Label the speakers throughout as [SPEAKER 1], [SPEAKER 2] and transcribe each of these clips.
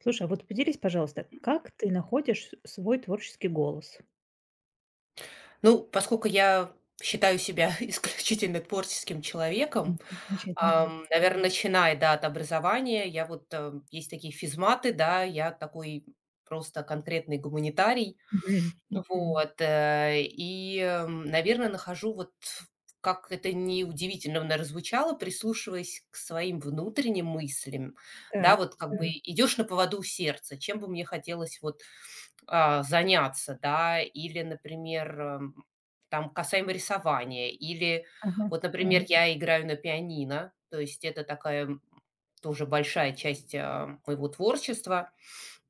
[SPEAKER 1] Слушай, а вот поделись, пожалуйста, как ты находишь свой творческий голос?
[SPEAKER 2] Ну, поскольку я считаю себя исключительно творческим человеком,
[SPEAKER 1] М, как замечательно.
[SPEAKER 2] наверное, начиная, да, от образования, я вот, есть такие физматы, да, я такой просто конкретный гуманитарий.
[SPEAKER 1] Мгм.
[SPEAKER 2] Мгм. Вот, и, наверное, нахожу вот, как это не удивительно, наверное, звучало, прислушиваясь к своим внутренним мыслям, да,
[SPEAKER 1] Так.
[SPEAKER 2] вот как бы, да, идешь на поводу у сердца. Чем бы мне хотелось вот заняться, да, или, например, там касаемо рисования, или
[SPEAKER 1] Ага,
[SPEAKER 2] вот, например, я играю на пианино, то есть это такая тоже большая часть моего творчества,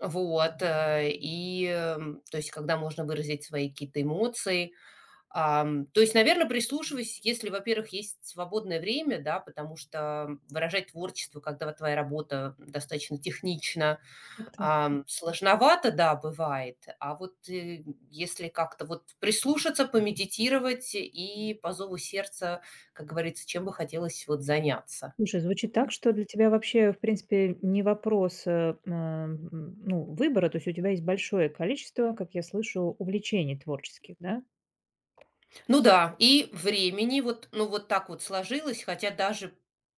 [SPEAKER 2] вот, то есть, когда можно выразить свои какие-то эмоции. То есть, наверное, прислушиваюсь, если, во-первых, есть свободное время, да, потому что выражать творчество, когда вот твоя работа достаточно технична,
[SPEAKER 1] так так.
[SPEAKER 2] сложновато, да, бывает. А вот, если как-то вот прислушаться, помедитировать и по зову сердца, как говорится, чем бы хотелось вот заняться.
[SPEAKER 1] Слушай, звучит так, что для тебя вообще, в принципе, не вопрос, ну, выбора. То есть у тебя есть большое количество, как я слышу, увлечений творческих, да?
[SPEAKER 2] Ну да, и времени вот, ну вот так вот сложилось, хотя даже,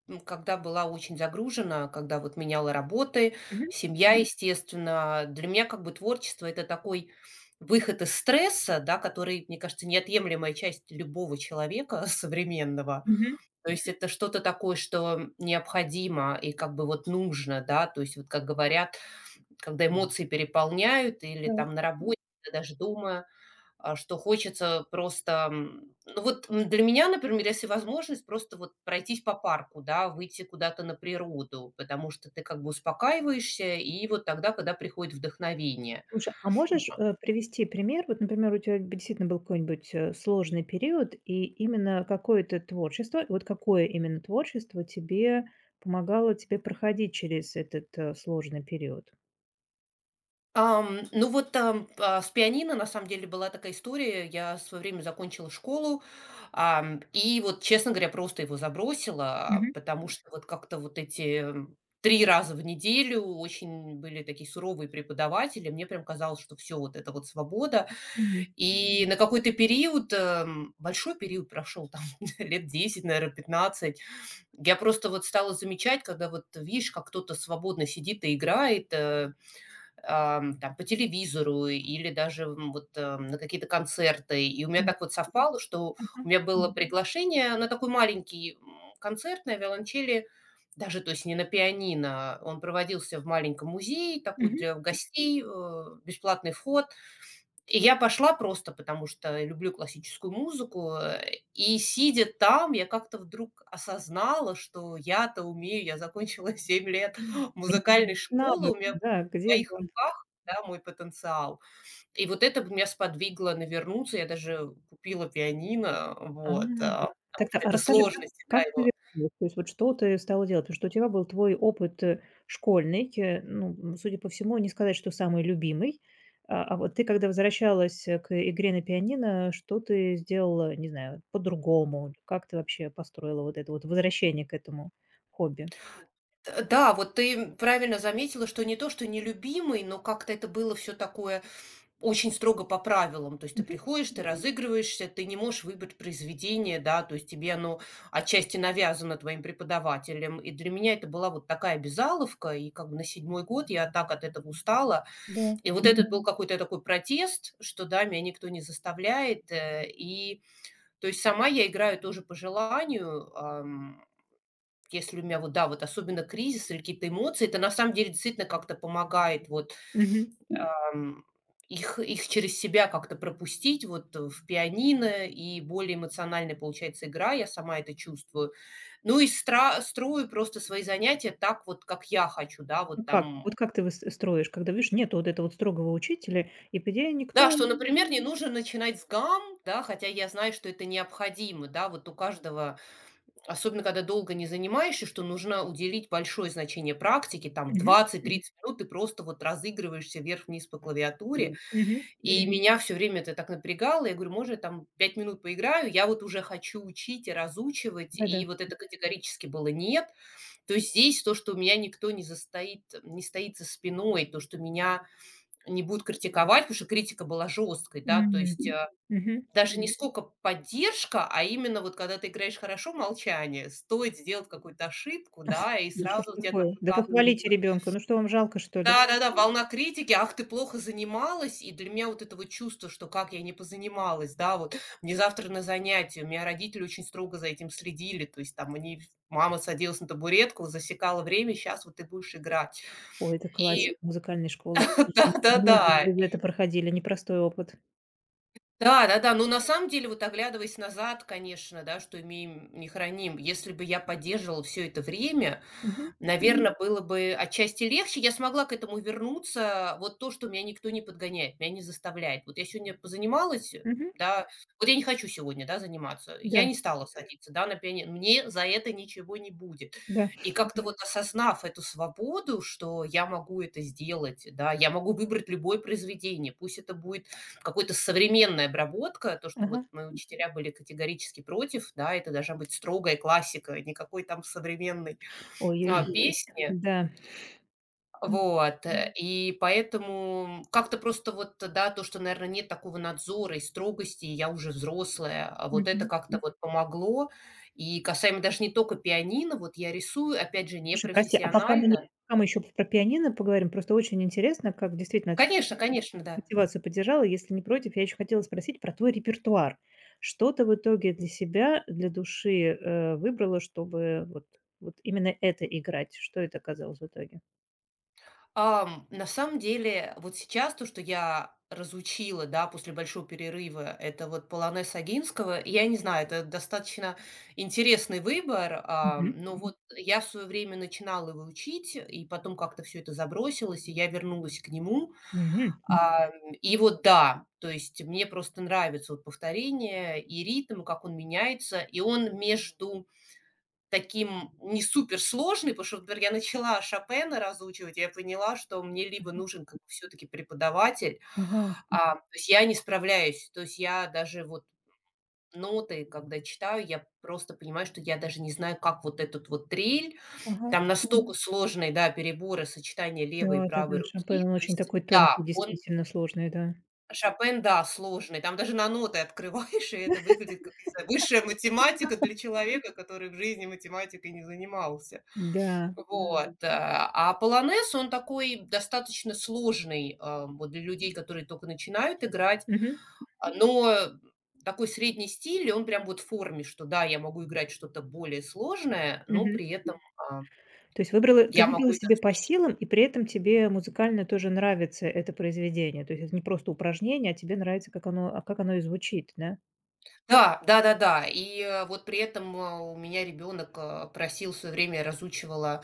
[SPEAKER 2] когда была очень загружена, когда вот меняла работы,
[SPEAKER 1] Мгм.
[SPEAKER 2] семья, естественно, для меня как бы творчество — это такой выход из стресса, да, который, мне кажется, неотъемлемая часть любого человека современного.
[SPEAKER 1] Мгм.
[SPEAKER 2] То есть это что-то такое, что необходимо и как бы вот нужно, да. То есть вот как говорят, когда эмоции переполняют или там
[SPEAKER 1] Так.
[SPEAKER 2] на Мгм. Работе, или даже дома, что хочется просто, ну вот для меня, например, если возможность, просто вот пройтись по парку, да, выйти куда-то на природу, потому что ты как бы успокаиваешься, и вот тогда, когда приходит вдохновение.
[SPEAKER 1] Слушай, а можешь, привести пример? Вот, например, у тебя действительно был какой-нибудь, сложный период, и именно какое-то творчество, вот какое именно творчество тебе помогало тебе проходить через этот, сложный период?
[SPEAKER 2] Ну вот там, с пианино на самом деле была такая история. Я в свое время закончила школу, и вот, честно говоря, просто его забросила,
[SPEAKER 1] Мгм,
[SPEAKER 2] потому что вот как-то вот эти, 3 раза в неделю очень были такие суровые преподаватели. Мне прям казалось, что все вот это вот свобода.
[SPEAKER 1] мгм.
[SPEAKER 2] И на какой-то период, большой период прошел, там лет 10, наверное, 15. Я просто вот стала замечать, когда вот видишь, как кто-то свободно сидит и играет, там по телевизору или даже, вот, на какие-то концерты. И у меня
[SPEAKER 1] Да.
[SPEAKER 2] так вот совпало, что у
[SPEAKER 1] Ага.
[SPEAKER 2] меня было приглашение на такой маленький, концерт на виолончели, даже, то есть не на пианино. Он проводился в маленьком музее, такой
[SPEAKER 1] Мгм.
[SPEAKER 2] для гостей, бесплатный вход. И я пошла просто, потому что люблю классическую музыку. И сидя там, я как-то вдруг осознала, что я-то умею, я закончила 7 лет музыкальной школы, у
[SPEAKER 1] Навык,
[SPEAKER 2] меня
[SPEAKER 1] да,
[SPEAKER 2] в
[SPEAKER 1] где
[SPEAKER 2] моих
[SPEAKER 1] его?
[SPEAKER 2] руках, да, мой потенциал. И вот это меня сподвигло на вернуться. Я даже купила пианино,
[SPEAKER 1] А,
[SPEAKER 2] вот, потому
[SPEAKER 1] так-то,
[SPEAKER 2] что
[SPEAKER 1] а
[SPEAKER 2] это
[SPEAKER 1] расскажи, как
[SPEAKER 2] сложности, да,
[SPEAKER 1] как ты
[SPEAKER 2] его.
[SPEAKER 1] вернулась? То есть вот что ты стала делать? Потому что у тебя был твой опыт, школьный, ну, судя по всему, не сказать, что самый любимый. А вот ты, когда возвращалась, к игре на пианино, что ты сделала, не знаю, по-другому? Как ты вообще построила вот это вот возвращение к этому хобби?
[SPEAKER 2] Т да, вот ты правильно заметила, что не то, что нелюбимый, но как-то это было все такое очень строго по правилам. То есть ты
[SPEAKER 1] Мгм.
[SPEAKER 2] приходишь, ты разыгрываешься, ты не можешь выбрать произведение, да, то есть тебе оно отчасти навязано твоим преподавателем. И для меня это была вот такая безаловка. И как бы на седьмой год я так от этого устала.
[SPEAKER 1] Да.
[SPEAKER 2] И вот этот был какой-то такой протест, что да, меня никто не заставляет. И то есть сама я играю тоже по желанию. Если у меня вот, да, вот особенно кризис или какие-то эмоции, это на самом деле действительно как-то помогает вот
[SPEAKER 1] Мгм.
[SPEAKER 2] ам, их через себя как-то пропустить вот в пианино, и более эмоциональная получается игра, я сама это чувствую. Ну и строю просто свои занятия так вот, как я хочу, да,
[SPEAKER 1] Ну
[SPEAKER 2] вот
[SPEAKER 1] как?
[SPEAKER 2] там.
[SPEAKER 1] Вот как ты выс строишь, когда, видишь, нету вот этого вот строгого учителя, и, по идее,
[SPEAKER 2] Да,
[SPEAKER 1] никто…
[SPEAKER 2] что, например, не нужно начинать с гам, да, хотя я знаю, что это необходимо, да, вот у каждого, особенно когда долго не занимаешься, что нужно уделить большое значение практике, там Мгм.
[SPEAKER 1] Мгм,
[SPEAKER 2] 20-30 минут ты просто вот разыгрываешься вверх-вниз по клавиатуре,
[SPEAKER 1] мгм.
[SPEAKER 2] и Мгм. Меня все время это так напрягало, я говорю, может, я там 5 минут поиграю, я вот уже хочу учить и разучивать,
[SPEAKER 1] Да-да.
[SPEAKER 2] и вот это категорически было нет, то есть здесь то, что меня никто не стоит за спиной, то, что меня не будут критиковать, потому что критика была жесткой, да, то
[SPEAKER 1] М,
[SPEAKER 2] есть,
[SPEAKER 1] мгм.
[SPEAKER 2] даже не сколько поддержка, а именно вот когда ты играешь хорошо, молчание. Стоит сделать какую-то ошибку, да, и
[SPEAKER 1] Да что ж
[SPEAKER 2] сразу у тебя там
[SPEAKER 1] такое? Да похвалите
[SPEAKER 2] выкатывается.
[SPEAKER 1] ребенка. Ну что, вам жалко, что ли?
[SPEAKER 2] Да-да-да, волна критики: «Ах, ты плохо занималась». И для меня вот это вот чувство, что как я не позанималась, да, вот мне завтра на занятие. У меня родители очень строго за этим следили, то есть там они мама садилась на табуретку, засекала время: «сейчас вот ты будешь играть».
[SPEAKER 1] Ой, это классика
[SPEAKER 2] И
[SPEAKER 1] музыкальной школы, кажется. Многие
[SPEAKER 2] да-да-да,
[SPEAKER 1] через это проходили, непростой опыт.
[SPEAKER 2] да-да-да, но на самом деле, вот оглядываясь назад, конечно, да, что имеем, не храним. Если бы я поддерживала все это время,
[SPEAKER 1] Мгм,
[SPEAKER 2] наверное, было бы отчасти легче. Я смогла к этому вернуться. Вот то, что меня никто не подгоняет, меня не заставляет. Вот я сегодня позанималась,
[SPEAKER 1] мгм.
[SPEAKER 2] да, вот я не хочу сегодня, да, заниматься. Я
[SPEAKER 1] Да,
[SPEAKER 2] не стала садиться, да, на пианино. Мне за это ничего не будет.
[SPEAKER 1] да.
[SPEAKER 2] И как-то Мгм. Вот осознав эту свободу, что я могу это сделать, да, я могу выбрать любое произведение, пусть это будет какая то современная обработка, то, что вот
[SPEAKER 1] Ага.
[SPEAKER 2] мои учителя были категорически против, да, это должна быть строгая классика, никакой там современный.
[SPEAKER 1] Ой-ой-ой.
[SPEAKER 2] Песни.
[SPEAKER 1] Да. М,
[SPEAKER 2] Вот, и поэтому как-то просто вот, да, то, что, наверное, нет такого надзора и строгости, и я уже взрослая, а вот это
[SPEAKER 1] мгм.
[SPEAKER 2] как-то вот помогло. И касаемо даже не только пианино, вот я рисую, опять же, уже?
[SPEAKER 1] Слушай, прости, а пока мы не
[SPEAKER 2] Непрофессионально.
[SPEAKER 1] пока мы еще про пианино поговорим, просто очень интересно, как действительно ты
[SPEAKER 2] Конечно, конечно, да.
[SPEAKER 1] мотивацию поддержала. Если не против, я еще хотела спросить про твой репертуар. Что ты в итоге для себя, для души, выбрала, чтобы вот именно это играть? Что это оказалось в итоге?
[SPEAKER 2] На самом деле, вот сейчас то, что я разучила, да, после большого перерыва, это вот полонез Огинского. Я не знаю, это достаточно интересный выбор,
[SPEAKER 1] Мгм.
[SPEAKER 2] но Мгм. Вот я в свое время начинала его учить, и потом как-то все это забросилось, и я вернулась к нему.
[SPEAKER 1] Мгм.
[SPEAKER 2] Мгм. И вот да, то есть мне просто нравится вот повторение и ритм, как он меняется, и он между таким не суперсложный, потому что, например, я начала Шопена разучивать, я поняла, что мне либо нужен как бы всё-таки преподаватель,
[SPEAKER 1] Ага,
[SPEAKER 2] то есть я не справляюсь. То есть я даже вот ноты, когда читаю, я просто понимаю, что я даже не знаю, как вот этот вот трель,
[SPEAKER 1] ага.
[SPEAKER 2] там настолько сложные, да, переборы, сочетания левой и
[SPEAKER 1] Да-да-да,
[SPEAKER 2] правой
[SPEAKER 1] шампань,
[SPEAKER 2] руки.
[SPEAKER 1] он
[SPEAKER 2] То
[SPEAKER 1] очень
[SPEAKER 2] есть,
[SPEAKER 1] такой тонкий,
[SPEAKER 2] да, он
[SPEAKER 1] действительно сложный, да.
[SPEAKER 2] Шопен, да, сложный. Там даже на ноты открываешь, и это выглядит как, не знаю, высшая математика для человека, который в жизни математикой не занимался.
[SPEAKER 1] Да.
[SPEAKER 2] Вот, а полонез, он такой достаточно сложный, вот для людей, которые только начинают играть,
[SPEAKER 1] Мгм,
[SPEAKER 2] но такой средний стиль, и он прям вот в форме, что да, я могу играть что-то более сложное, но
[SPEAKER 1] мгм.
[SPEAKER 2] при этом, а,
[SPEAKER 1] То есть выбрала ты
[SPEAKER 2] я могу
[SPEAKER 1] выбрала
[SPEAKER 2] это.
[SPEAKER 1] себе по силам, и при этом тебе музыкально тоже нравится это произведение. То есть это не просто упражнение, а тебе нравится, как оно и звучит, да?
[SPEAKER 2] Да, да-да-да. И, вот при этом, у меня ребенок, просил в своё время, я разучивала,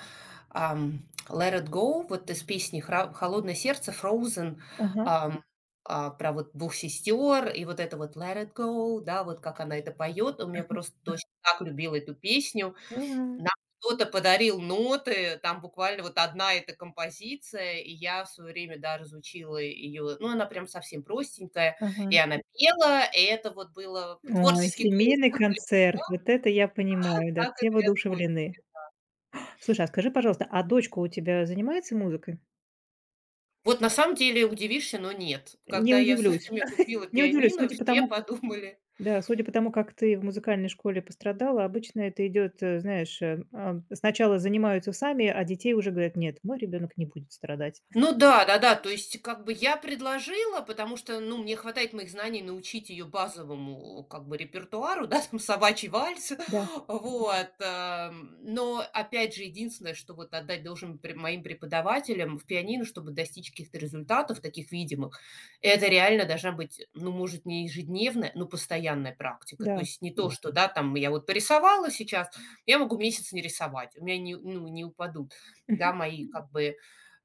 [SPEAKER 2] ам, «Let It Go», вот из песни хра «Холодное сердце», «Frozen»,
[SPEAKER 1] Ага,
[SPEAKER 2] ам, про вот двух сестер и вот это вот «Let It Go», да, вот как она это поет, у меня просто дочь так любила эту песню.
[SPEAKER 1] понимаю.
[SPEAKER 2] Нам кто-то подарил ноты, там буквально вот одна эта композиция, и я в свое время, да, разучила ее. Ну, она прям совсем простенькая, и
[SPEAKER 1] Ага.
[SPEAKER 2] она пела, и это вот было
[SPEAKER 1] Ой,
[SPEAKER 2] творческий
[SPEAKER 1] семейный
[SPEAKER 2] голос
[SPEAKER 1] концерт, вот это я понимаю, да,
[SPEAKER 2] «Казака»
[SPEAKER 1] все
[SPEAKER 2] для дочь.
[SPEAKER 1] воодушевлены. Слушай, а скажи, пожалуйста, а дочка у тебя занимается музыкой?
[SPEAKER 2] Вот на самом деле удивишься, но нет.
[SPEAKER 1] Не
[SPEAKER 2] Когда я в свое
[SPEAKER 1] удивлюсь,
[SPEAKER 2] время купила
[SPEAKER 1] не удивлюсь,
[SPEAKER 2] пианино,
[SPEAKER 1] судя по
[SPEAKER 2] все
[SPEAKER 1] тому,
[SPEAKER 2] подумали.
[SPEAKER 1] да, судя по тому, как ты в музыкальной школе пострадала, обычно это идет, знаешь, сначала занимаются сами, а детей уже говорят: "Нет, мой ребенок не будет страдать".
[SPEAKER 2] Ну да, да-да, то есть как бы я предложила, потому что, ну, мне хватает моих знаний научить ее базовому как бы репертуару, да, там «Собачий вальс»,
[SPEAKER 1] Да,
[SPEAKER 2] вот, ам. Но опять же, единственное, что вот отдать должен пре моим преподавателям в пианино, чтобы достичь каких-то результатов таких видимых, это реально должна быть, ну, может, не ежедневная, но постоянная практика. То
[SPEAKER 1] да.
[SPEAKER 2] есть не то, что, да, там я вот порисовала сейчас, я могу месяц не рисовать, у меня не ну, не упадут, да,
[SPEAKER 1] Мгм.
[SPEAKER 2] мои как бы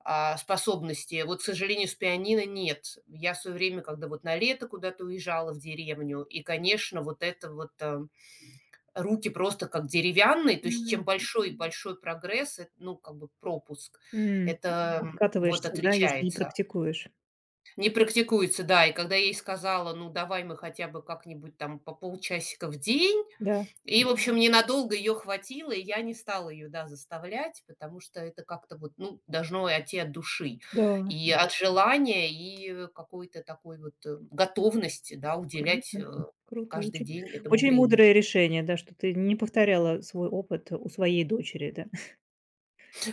[SPEAKER 2] способности. Вот, к сожалению, с пианино нет. Я в свое время, когда вот на лето куда-то уезжала в деревню, и, конечно, вот это вот руки просто как деревянные, то есть чем
[SPEAKER 1] М,
[SPEAKER 2] большой большой прогресс, ну, как бы пропуск,
[SPEAKER 1] м.
[SPEAKER 2] это вот
[SPEAKER 1] Откатываешься, да, если не
[SPEAKER 2] отличается.
[SPEAKER 1] практикуешь.
[SPEAKER 2] Не практикуется, да, и когда я ей сказала, ну, давай мы хотя бы как-нибудь там по полчасика в день,
[SPEAKER 1] Да,
[SPEAKER 2] и, в общем, ненадолго ее хватило, и я не стала ее, да, заставлять, потому что это как-то вот, ну, должно идти от души,
[SPEAKER 1] да,
[SPEAKER 2] и от желания, и какой-то такой вот, готовности, да, уделять,
[SPEAKER 1] круто, круто,
[SPEAKER 2] каждый
[SPEAKER 1] очень
[SPEAKER 2] день этому
[SPEAKER 1] очень
[SPEAKER 2] время.
[SPEAKER 1] мудрое решение, да, что ты не повторяла свой опыт у своей дочери, да.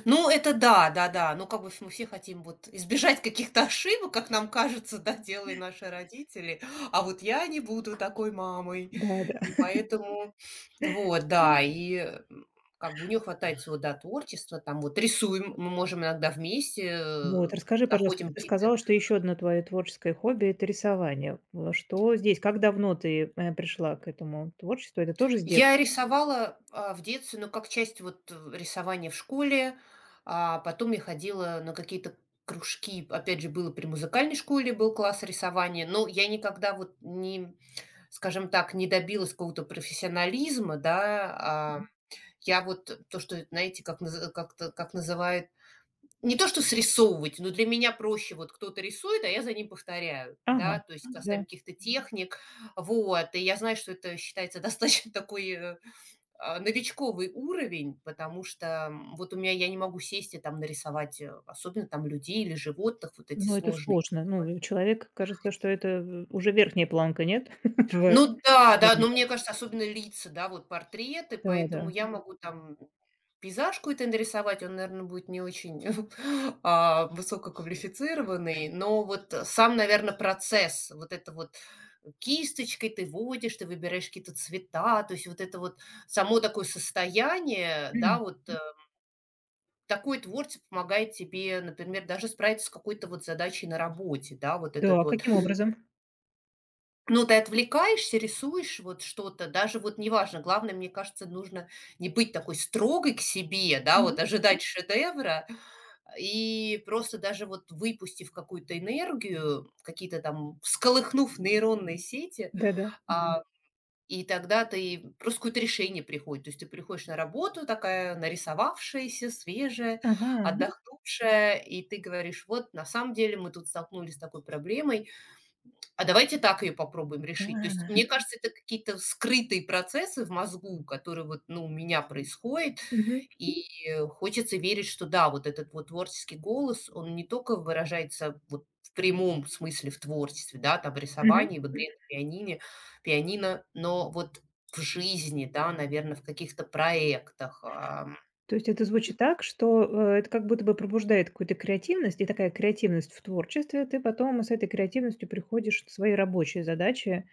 [SPEAKER 2] Ну, это да, да-да. Ну, как бы мы все хотим вот избежать каких-то ошибок, как нам кажется, да, делали наши родители. А вот я не буду такой мамой.
[SPEAKER 1] Да-да.
[SPEAKER 2] И поэтому, вот, да, и как бы у нее хватает всего, да, творчества, там вот рисуем, мы можем иногда вместе,
[SPEAKER 1] Вот, расскажи, пожалуйста,
[SPEAKER 2] находим
[SPEAKER 1] ты
[SPEAKER 2] какие-то.
[SPEAKER 1] сказала, что еще одно твое творческое хобби– это рисование. Что здесь? Как давно ты пришла к этому творчеству? Это тоже с детства?
[SPEAKER 2] Я рисовала, в детстве, ну, как часть вот, рисования в школе, а потом я ходила на какие-то кружки. Опять же, было при музыкальной школе, был класс рисования, но я никогда вот не, скажем так, не добилась какого-то профессионализма, да. А, Мгм. Я вот то, что, знаете, как наз как-то как называют, не то что срисовывать, но для меня проще, вот кто-то рисует, а я за ним повторяю,
[SPEAKER 1] Ага,
[SPEAKER 2] да, то есть Мгм. Касаемо
[SPEAKER 1] да.
[SPEAKER 2] каких-то техник. Вот, и я знаю, что это считается достаточно такой, новичковый уровень, потому что, вот у меня я не могу сесть и там нарисовать, особенно там людей или животных, вот эти
[SPEAKER 1] Но это
[SPEAKER 2] сложные.
[SPEAKER 1] сложно. Ну, и человек, кажется, что это уже верхняя планка, нет? Твоя.
[SPEAKER 2] Ну да, да, но мне кажется, особенно лица, да, вот портреты,
[SPEAKER 1] Да,
[SPEAKER 2] поэтому
[SPEAKER 1] да.
[SPEAKER 2] я Мгм. Могу там пейзаж какой-то нарисовать, он, наверное, будет не очень высококвалифицированный, но вот сам, наверное, процесс, вот это вот кисточкой ты водишь, ты выбираешь какие-то цвета, то есть вот это вот само такое состояние, да,
[SPEAKER 1] М.
[SPEAKER 2] вот такое творчество помогает тебе, например, даже справиться с какой-то вот задачей на работе, да, вот этот
[SPEAKER 1] Да,
[SPEAKER 2] вот.
[SPEAKER 1] каким образом?
[SPEAKER 2] Ну, ты отвлекаешься, рисуешь вот что-то, даже вот неважно, главное, мне кажется, нужно не быть такой строгой к себе, да, вот
[SPEAKER 1] Мгм.
[SPEAKER 2] ожидать шедевра, и просто даже вот выпустив какую-то энергию, какие-то там, всколыхнув нейронные сети,
[SPEAKER 1] Да, да.
[SPEAKER 2] а, и тогда ты просто какое-то решение приходит. То есть ты приходишь на работу такая нарисовавшаяся, свежая,
[SPEAKER 1] Ага.
[SPEAKER 2] отдохнувшая, и ты говоришь, вот на самом деле мы тут столкнулись с такой проблемой, а давайте так ее попробуем решить. То есть,
[SPEAKER 1] а,
[SPEAKER 2] мне кажется, это какие-то скрытые процессы в мозгу, которые вот, ну, у меня происходят.
[SPEAKER 1] Мгм,
[SPEAKER 2] И хочется верить, что да, вот этот вот творческий голос, он не только выражается вот в прямом смысле в творчестве, да, там в
[SPEAKER 1] мгм.
[SPEAKER 2] рисовании, в Мгм. Игре на пианино, но вот в жизни, да, наверное, в каких-то проектах,
[SPEAKER 1] То есть это звучит так, что, это как будто бы пробуждает какую-то креативность, и такая креативность в творчестве, ты потом с этой креативностью приходишь в свои рабочие задачи,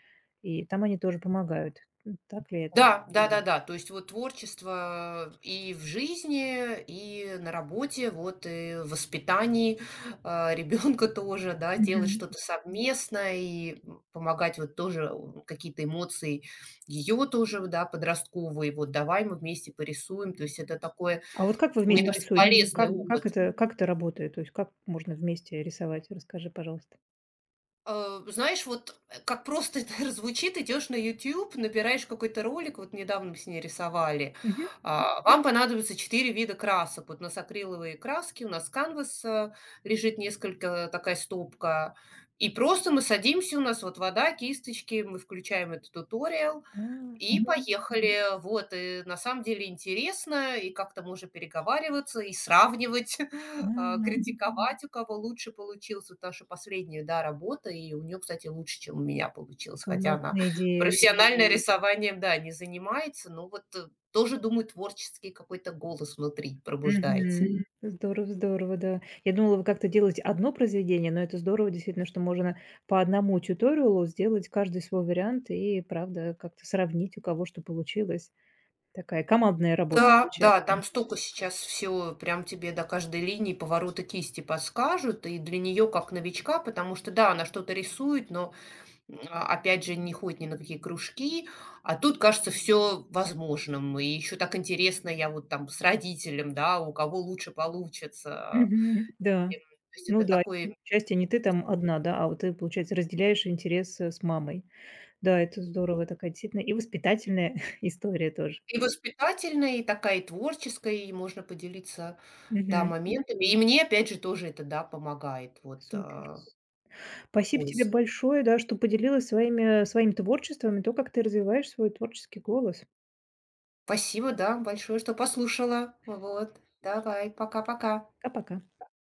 [SPEAKER 1] и там они тоже помогают. Так ли это?
[SPEAKER 2] да, да-да-да. То есть вот творчество и в жизни, и на работе, вот и в воспитании ребенка тоже, да, делать
[SPEAKER 1] Мгм.
[SPEAKER 2] что-то совместное и помогать вот тоже какие-то эмоции ее тоже, да, подростковые. Вот давай мы вместе порисуем. То есть это такое,
[SPEAKER 1] А вот как вы
[SPEAKER 2] мне
[SPEAKER 1] вместе
[SPEAKER 2] кажется,
[SPEAKER 1] рисуете?
[SPEAKER 2] полезный
[SPEAKER 1] Как
[SPEAKER 2] опыт.
[SPEAKER 1] как это работает? То есть как можно вместе рисовать? Расскажи, пожалуйста.
[SPEAKER 2] Знаешь, вот, как просто это звучит, идешь на YouTube набираешь какой-то ролик, вот недавно мы с ней рисовали.
[SPEAKER 1] Мгм.
[SPEAKER 2] Вам понадобится 4 вида красок. Вот у нас акриловые краски, у нас канвас, лежит несколько, такая стопка. И просто мы садимся, у нас вот вода, кисточки, мы включаем этот туториал,
[SPEAKER 1] А,
[SPEAKER 2] и поехали. Вот, и на самом деле интересно, и как-то можно переговариваться, и сравнивать,
[SPEAKER 1] А. а,
[SPEAKER 2] критиковать, у кого лучше получилось. Вот наша последняя, да, работа, и у нее, кстати, лучше, чем у меня получилось, хотя она
[SPEAKER 1] Классная идея.
[SPEAKER 2] профессионально рисованием, да, не занимается, но вот тоже, думаю, творческий какой-то голос внутри пробуждается.
[SPEAKER 1] Мгм. Здорово, здорово, да. Я думала, вы как-то делаете одно произведение, но это здорово действительно, что можно по одному тьюториалу сделать каждый свой вариант и, правда, как-то сравнить, у кого что получилось. Такая командная работа
[SPEAKER 2] Да,
[SPEAKER 1] получается.
[SPEAKER 2] да, там столько сейчас все, прям тебе до каждой линии поворота кисти подскажут, и для нее как новичка, потому что, да, она что-то рисует, но опять же, не ходит ни на какие кружки, а тут кажется все возможным. И еще так интересно, я вот там с родителем, да, у кого лучше получится.
[SPEAKER 1] Мгм. Да.
[SPEAKER 2] Эм, то есть
[SPEAKER 1] Ну
[SPEAKER 2] это
[SPEAKER 1] да,
[SPEAKER 2] такой,
[SPEAKER 1] счастье не ты там одна, да, а вот ты, получается, разделяешь интерес с мамой. Да, это здорово, такая действительно и воспитательная история тоже.
[SPEAKER 2] и воспитательная, и такая, и творческая, и можно поделиться, да,
[SPEAKER 1] Мгм.
[SPEAKER 2] моментами. И мне, опять же, тоже это, да, помогает вот,
[SPEAKER 1] Супер.
[SPEAKER 2] к
[SPEAKER 1] Спасибо тебе
[SPEAKER 2] поиску.
[SPEAKER 1] большое, да, что поделилась своим творчеством и то, как ты развиваешь свой творческий голос.
[SPEAKER 2] Спасибо, да, большое, что послушала. Вот. Давай, пока-пока.
[SPEAKER 1] Пока-пока.